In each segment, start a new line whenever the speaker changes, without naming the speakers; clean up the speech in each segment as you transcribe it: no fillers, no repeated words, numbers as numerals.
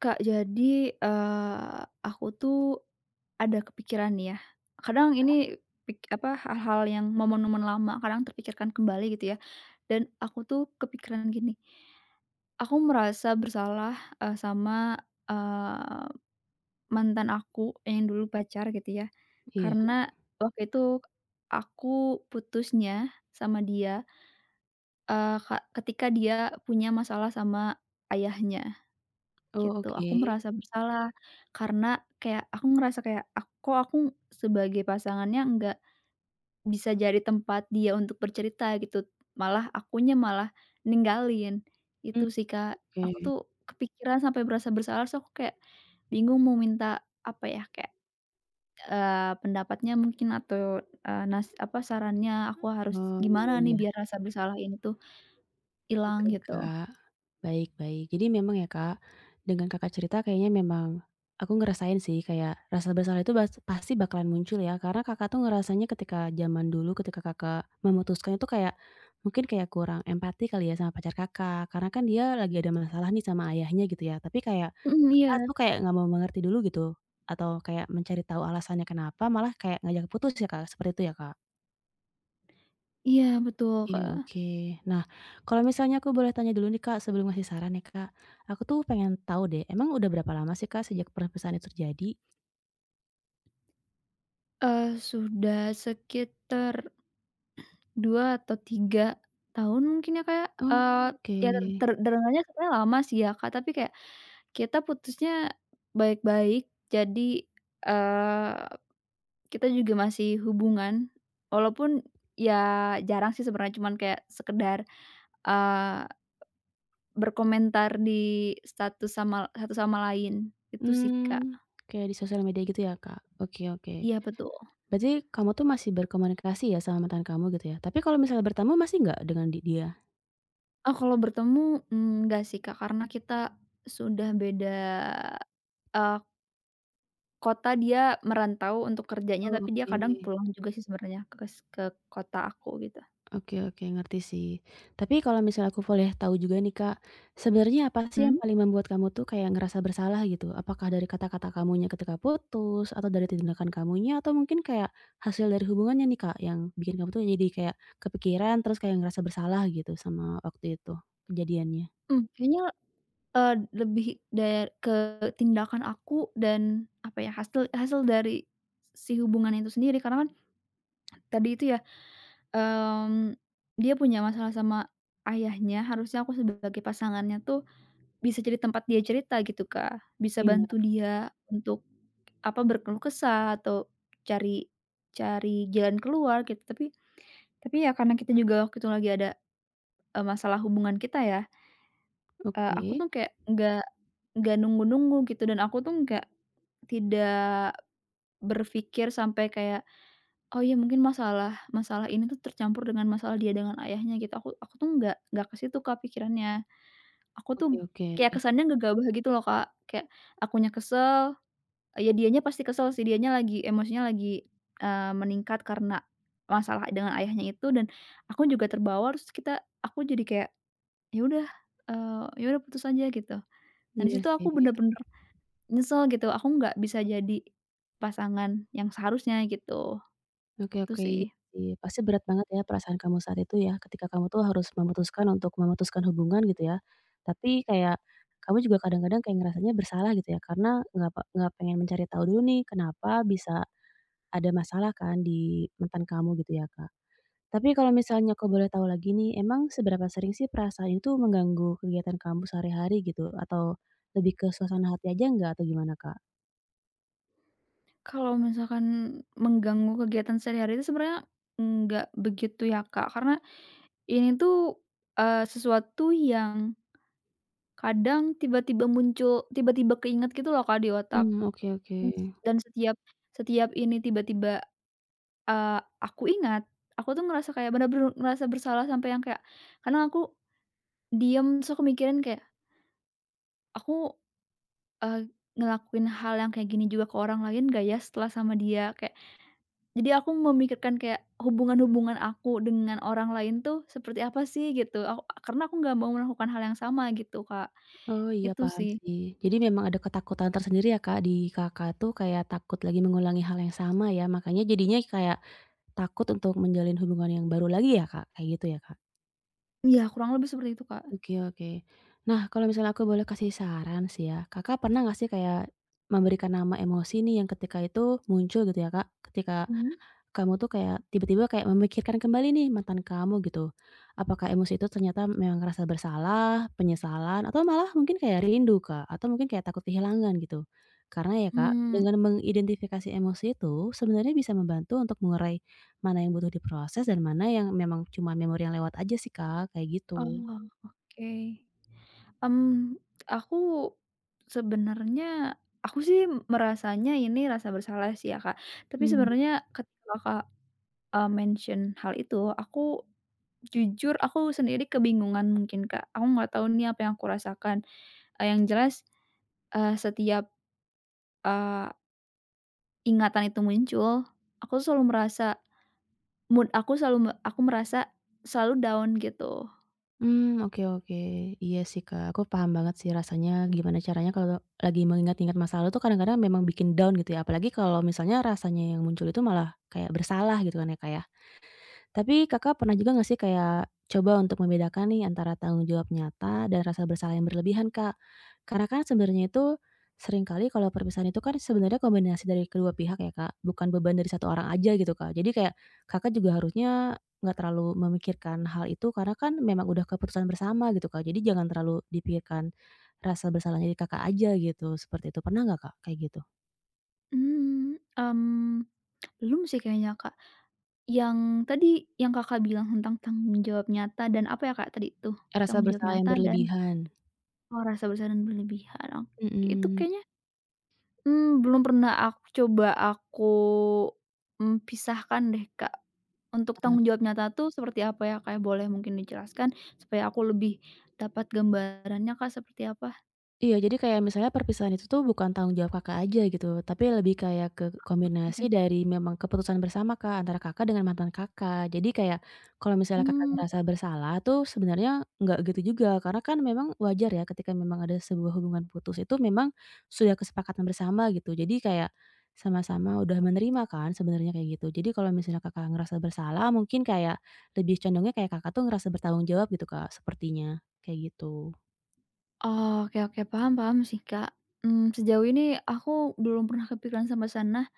Kak, jadi, eee, aku tuh ada kepikiran nih ya, kadang ini hal-hal yang momen-momen lama kadang terpikirkan kembali gitu ya, dan aku tuh kepikiran gini, aku merasa bersalah, sama, eee, mantan aku yang dulu pacar gitu ya,
Iya.
karena waktu itu aku putusnya sama dia, eee, ka ketika dia punya masalah sama ayahnya.
Oh,
Gitu,
oke.
aku merasa bersalah karena kayak aku ngerasa kayak aku sebagai pasangannya nggak bisa jadi tempat dia untuk bercerita gitu, malah akunya malah ninggalin.
Mmm,
Itu sih, Kak.
oke.
Aku tuh kepikiran sampai berasa bersalah, so aku kayak bingung mau minta apa ya, kayak, pendapatnya mungkin atau, sarannya aku harus
Oh,
gimana
iya
nih
iya.
biar rasa bersalah ini tuh hilang
Oke,
gitu.
Kak. Baik baik. Jadi memang ya, Kak, dengan Kakak cerita kayaknya memang aku ngerasain sih kayak rasa bersalah itu pasti bakalan muncul ya, karena Kakak tuh ngerasanya ketika zaman dulu ketika Kakak memutuskan itu kayak mungkin kayak kurang empati kali ya sama pacar Kakak, karena kan dia lagi ada masalah nih sama ayahnya gitu ya, tapi kayak
Mhm, iya.
Kakak tuh kayak nggak mau mengerti dulu gitu, atau kayak mencari tahu alasannya kenapa, malah kayak ngajak putus ya, Kak, seperti itu ya, Kak?
Iya, betul,
Oke
Kak.
oke. Nah, kalau misalnya aku boleh tanya dulu nih, Kak, sebelum ngasih saran ya, Kak. Aku tuh pengen tahu deh, emang udah berapa lama sih, Kak, sejak perpisahan itu terjadi?
Sudah sekitar 2 atau 3 tahun mungkin ya, Kak, ya,
Oh,
eee,
oke.
ya ter ter terdengarnya sebenarnya lama sih ya, Kak, tapi kayak kita putusnya baik-baik. Jadi, eee, kita juga masih hubungan walaupun ya jarang sih sebenarnya, cuman kayak sekedar, eee, berkomentar di status sama satu sama lain, itu sih,
Hmm,
Kak.
kayak di sosial media gitu ya, Kak? Oke oke.
Iya, betul.
Berarti kamu tuh masih berkomunikasi ya sama mantan kamu gitu ya? Tapi kalau misalnya bertemu masih nggak dengan dia?
Oh, kalau bertemu, mmm, enggak sih, Kak, karena kita sudah beda Eee, kota, dia merantau untuk kerjanya,
Oh,
tapi dia kadang
oke.
pulang juga sih sebenarnya ke kota aku gitu.
Oke oke, ngerti sih. Tapi kalau misal aku boleh tahu juga nih, Kak, sebenarnya apa sih yang
Mhm
paling membuat kamu tuh kayak ngerasa bersalah gitu? Apakah dari kata-kata kamunya ketika putus atau dari tindakan kamunya atau mungkin kayak hasil dari hubungannya nih, Kak, yang bikin kamu tuh jadi kayak kepikiran terus kayak ngerasa bersalah gitu sama waktu itu kejadiannya?
mhm, kayaknya, eee, lebih da ke tindakan aku dan apa ya, hasil hasil dari si hubungan itu sendiri karena kan tadi itu ya, mmm, dia punya masalah sama ayahnya, harusnya aku sebagai pasangannya tuh bisa jadi tempat dia cerita gitu, Kak. Bisa
Iya,
bantu dia untuk, apa, berkeluh kesah atau cari cari jalan keluar gitu, tapi ya karena kita juga waktu itu lagi ada, masalah hubungan kita ya, aku
oke,
tuh kayak nggak nunggu-nunggu gitu dan aku tuh nggak tidak berpikir sampai kayak, "Oh ya mungkin masalah masalah ini tuh tercampur dengan masalah dia dengan ayahnya," gitu. Aku tuh nggak ke situ Kak pikirannya. Aku
oke
tuh
oke.
kayak kesannya gegabah gitu loh Kak, kayak akunya kesel, ya dianya pasti kesel sih, dianya lagi emosinya lagi, meningkat karena masalah dengan ayahnya itu dan aku juga terbawa terus aku jadi kayak ya udah, ya udah putus aja gitu. Nah di
Iya
situ
sih.
aku bener-bener nyesel gitu, aku nggak bisa jadi pasangan yang seharusnya gitu,
Oke
itu
oke,
sih.
iya sih. Pasti berat banget ya perasaan kamu saat itu ya, ketika kamu tuh harus memutuskan untuk memutuskan hubungan gitu ya. Tapi kayak kamu juga kadang-kadang kayak ngerasanya bersalah gitu ya, karena nggak pengen mencari tahu dulu nih kenapa bisa ada masalah kan di mantan kamu gitu ya, Kak. Tapi kalau misalnya aku boleh tahu lagi nih, emang seberapa sering sih perasaan itu mengganggu kegiatan kamu sehari-hari gitu? Atau lebih ke suasana hati aja nggak atau gimana, Kak?
Kalau misalkan mengganggu kegiatan sehari-hari itu sebenarnya nggak begitu ya, Kak, karena ini tuh, sesuatu yang kadang tiba-tiba muncul, tiba-tiba keinget gitu loh, Kak, di otak.
Hmm oke oke.
Mmm. Dan setiap setiap ini tiba-tiba, eee, aku ingat, aku tuh ngerasa kayak bener-bener ngerasa bersalah sampai yang kayak kadang aku diem, terus aku mikirin kayak, aku, eee, ngelakuin hal yang kayak gini juga ke orang lain gak ya setelah sama dia? Kayak jadi aku memikirkan kayak hubungan-hubungan aku dengan orang lain tuh seperti apa sih gitu, karena aku nggak mau melakukan hal yang sama gitu, Kak.
Oh iya
Itu
paham
sih.
sih. Jadi memang ada ketakutan tersendiri ya Kak, di Kakak tuh kayak takut lagi mengulangi hal yang sama ya, makanya jadinya kayak takut untuk menjalin hubungan yang baru lagi ya Kak, kayak gitu ya Kak?
Ya kurang lebih seperti itu, Kak.
Oke oke. Nah kalau misalnya aku boleh kasih saran sih ya, Kakak pernah nggak sih kayak memberikan nama emosi nih yang ketika itu muncul gitu ya Kak, ketika
Mhm.
kamu tuh kayak tiba-tiba kayak memikirkan kembali nih mantan kamu gitu. Apakah emosi itu ternyata memang rasa bersalah, penyesalan, atau malah mungkin kayak rindu, Kak, atau mungkin kayak takut kehilangan gitu? Karena ya, Kak,
Mmm,
dengan mengidentifikasi emosi itu sebenarnya bisa membantu untuk mengurai mana yang butuh diproses dan mana yang memang cuma memori yang lewat aja sih, Kak, kayak gitu.
oh, oke. Mmm, aku sebenarnya aku sih merasanya ini rasa bersalah sih ya, Kak. Tapi
Hmm.
sebenarnya ketika Kakak mention hal itu, jujur aku sendiri kebingungan mungkin, Kak. Aku nggak tahu nih apa yang aku rasakan. Yang jelas, setiap, eee, ingatan itu muncul, aku selalu merasa mood aku selalu me aku merasa selalu down gitu.
Mmm, oke oke. Iya sih, Kak, aku paham banget sih rasanya gimana caranya kalau lagi mengingat-ingat masa lalu tuh kadang-kadang memang bikin down gitu ya, apalagi kalau misalnya rasanya yang muncul itu malah kayak bersalah gitu kan ya, Kak, ya. Tapi Kakak pernah juga nggak sih kayak coba untuk membedakan nih antara tanggung jawab nyata dan rasa bersalah yang berlebihan, Kak? Karena kan sebenarnya itu seringkali kalau perpisahan itu kan sebenarnya kombinasi dari kedua pihak ya, Kak, bukan beban dari satu orang aja gitu, Kak. Jadi kayak Kakak juga harusnya nggak terlalu memikirkan hal itu karena kan memang udah keputusan bersama gitu, Kak. Jadi jangan terlalu dipikirkan rasa bersalahnya di Kakak aja gitu, seperti itu. Pernah nggak, Kak, kayak gitu?
Mmm, mmm, Belum sih kayaknya, Kak. Yang tadi yang Kakak bilang tentang tanggung jawab nyata dan apa ya, Kak, tadi tuh?
Rasa
Tanggung jawab
bersalah yang
nyata dan,
berlebihan,
oh, rasa bersalah dan berlebihan, ok itu
mhm.
kayaknya mmm, belum pernah aku mmm, pisahkan deh, Kak. Untuk tanggung jawab nyata tuh seperti apa ya, Kak? Boleh mungkin dijelaskan supaya aku lebih dapat gambarannya, Kak, seperti apa?
Iya, jadi kayak misalnya perpisahan itu tuh bukan tanggung jawab Kakak aja gitu, tapi lebih kayak ke
Oke.
kombinasi dari memang keputusan bersama, Kak, antara Kakak dengan mantan Kakak. Jadi kayak kalau misalnya Kakak
Mmm,
ngerasa bersalah tuh sebenarnya nggak gitu juga, karena kan memang wajar ya ketika memang ada sebuah hubungan putus itu memang sudah kesepakatan bersama gitu. Jadi kayak sama-sama udah menerima kan sebenarnya kayak gitu. Jadi kalau misalnya Kakak ngerasa bersalah mungkin kayak lebih condongnya kayak Kakak tuh ngerasa bertanggung jawab gitu, Kak, sepertinya, kayak gitu.
oke oke, paham paham sih, Kak. Mmm, sejauh ini aku belum pernah kepikiran sampai sana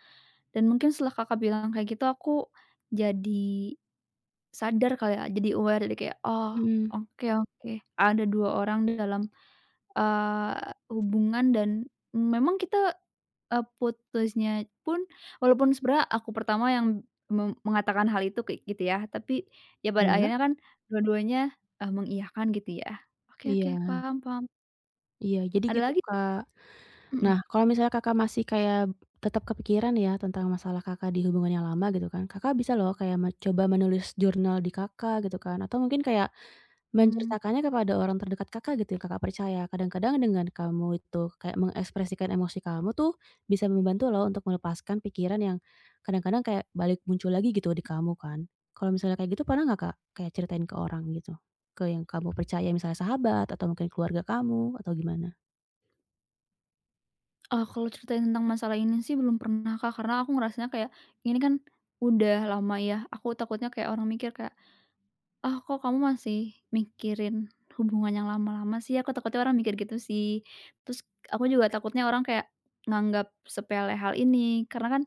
dan mungkin setelah Kakak bilang kayak gitu aku jadi sadar kali ya, jadi aware jadi kayak, "Oh,
Mhm,
oke oke, ada 2 orang dalam hubungan dan memang kita, putusnya pun walaupun sebenarnya aku pertama yang mengatakan hal itu kayak gitu ya, tapi ya pada
iya?
akhirnya kan dua-duanya, mengiyakan gitu ya. Oke oke,
Iya
paham paham.
iya, jadi
Ada
gitu,
lagi?
Kak. Nah,
Mhm,
kalau misalnya Kakak masih kayak tetap kepikiran ya tentang masalah Kakak di hubungan yang lama gitu kan, Kakak bisa loh kayak coba menulis jurnal di Kakak gitu kan, atau mungkin kayak
mmm,
menceritakannya kepada orang terdekat Kakak gitu yang Kakak percaya. Kadang-kadang dengan kamu itu kayak mengekspresikan emosi kamu tuh bisa membantu loh untuk melepaskan pikiran yang kadang-kadang kayak balik muncul lagi gitu di kamu kan. Kalau misalnya kayak gitu pernah nggak Kak, kayak ceritain ke orang gitu? Ke yang kamu percaya misalnya sahabat atau mungkin keluarga kamu atau gimana?
kalau ceritain tentang masalah ini sih belum pernah Kak, karena aku ngerasanya kayak ini kan udah lama ya, aku takutnya kayak orang mikir kayak oh, kok kamu masih mikirin hubungan yang lama-lama sih? Aku takutnya orang mikir gitu sih. Terus aku juga takutnya orang kayak nganggap sepele hal ini, karena kan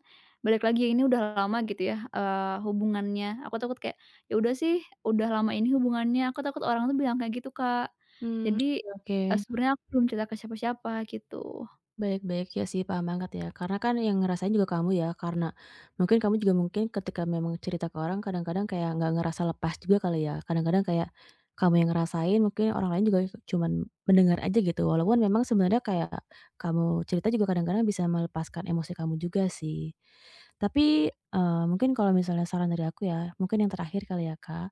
balik lagi ini udah lama gitu ya, hubungannya. Aku takut kayak, "Ya udah sih, udah lama ini hubungannya." Aku takut orang tuh bilang kayak gitu, Kak.
Mmm,
Jadi,
oke oke.
sebenarnya aku belum cerita ke siapa-siapa gitu.
Baik-baik, ya sih paham banget ya, karena kan yang ngerasain juga kamu ya, karena mungkin kamu juga mungkin ketika memang cerita ke orang kadang-kadang kayak nggak ngerasa lepas juga kali ya, kadang-kadang kayak kamu yang ngerasain, mungkin orang lain juga cuman mendengar aja gitu, walaupun memang sebenarnya kayak kamu cerita juga kadang-kadang bisa melepaskan emosi kamu juga sih. Tapi, mungkin kalau misalnya saran dari aku ya, mungkin yang terakhir kali ya, Kak.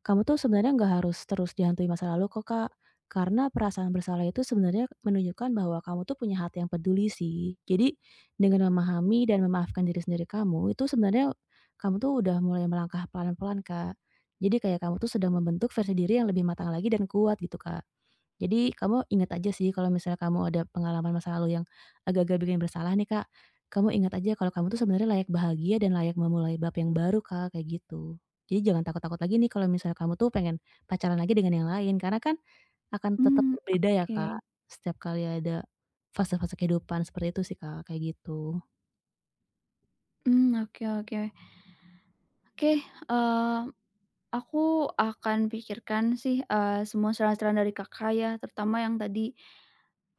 Kamu tuh sebenarnya nggak harus terus dihantui masa lalu kok, Kak. Karena perasaan bersalah itu sebenarnya menunjukkan bahwa kamu tuh punya hati yang peduli sih. Jadi dengan memahami dan memaafkan diri sendiri kamu, itu sebenarnya kamu tuh udah mulai melangkah pelan-pelan, Kak. Jadi kayak kamu tuh sedang membentuk versi diri yang lebih matang lagi dan kuat gitu, Kak. Jadi kamu ingat aja sih kalau misalnya kamu ada pengalaman masa lalu yang agak-agak bikin bersalah nih, Kak, kamu ingat aja kalau kamu tuh sebenarnya layak bahagia dan layak memulai bab yang baru, Kak, kayak gitu. Jadi jangan takut-takut lagi nih kalau misalnya kamu tuh pengen pacaran lagi dengan yang lain, karena kan akan tetap
Hmm
berbeda ya,
oke.
Kak, setiap kali ada fase-fase kehidupan seperti itu sih, Kak, kayak gitu.
Hmm oke oke. Oke, mmm aku akan pikirkan sih, semua saran-saran dari Kakak ya, terutama yang tadi,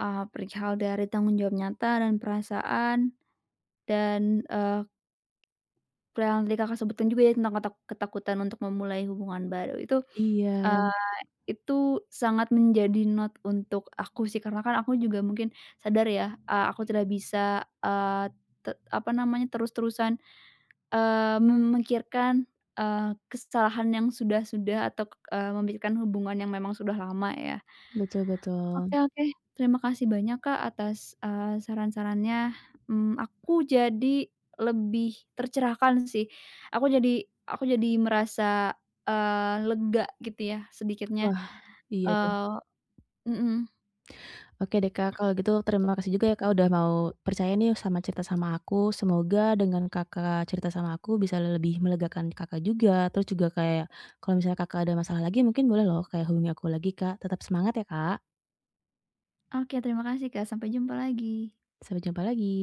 perihal dari tanggung jawab nyata dan perasaan dan, yang tadi Kakak sebutkan juga ya tentang ketakutan untuk memulai hubungan baru itu,
Iya,
eee, itu sangat menjadi not untuk aku sih karena kan aku juga mungkin sadar ya, aku tidak bisa, eee, te apa namanya, terus-terusan memikirkan, kesalahan yang sudah-sudah atau, memikirkan hubungan yang memang sudah lama ya.
betul
Oke
betul.
oke, terima kasih banyak Kak atas, saran-sarannya, mmm, aku jadi lebih tercerahkan sih. Aku jadi merasa, lega gitu ya sedikitnya,
Wah, iya deh.
eee mhm.
Oke deh Kak, kalau gitu terima kasih juga ya Kak udah mau percaya nih sama cerita sama aku. Semoga dengan Kakak cerita sama aku bisa lebih melegakan Kakak juga. Terus juga kayak kalau misalnya Kakak ada masalah lagi mungkin boleh loh kayak hubungi aku lagi Kak. Tetap semangat ya Kak.
Oke terima kasih Kak, sampai jumpa lagi.
Sampai jumpa lagi.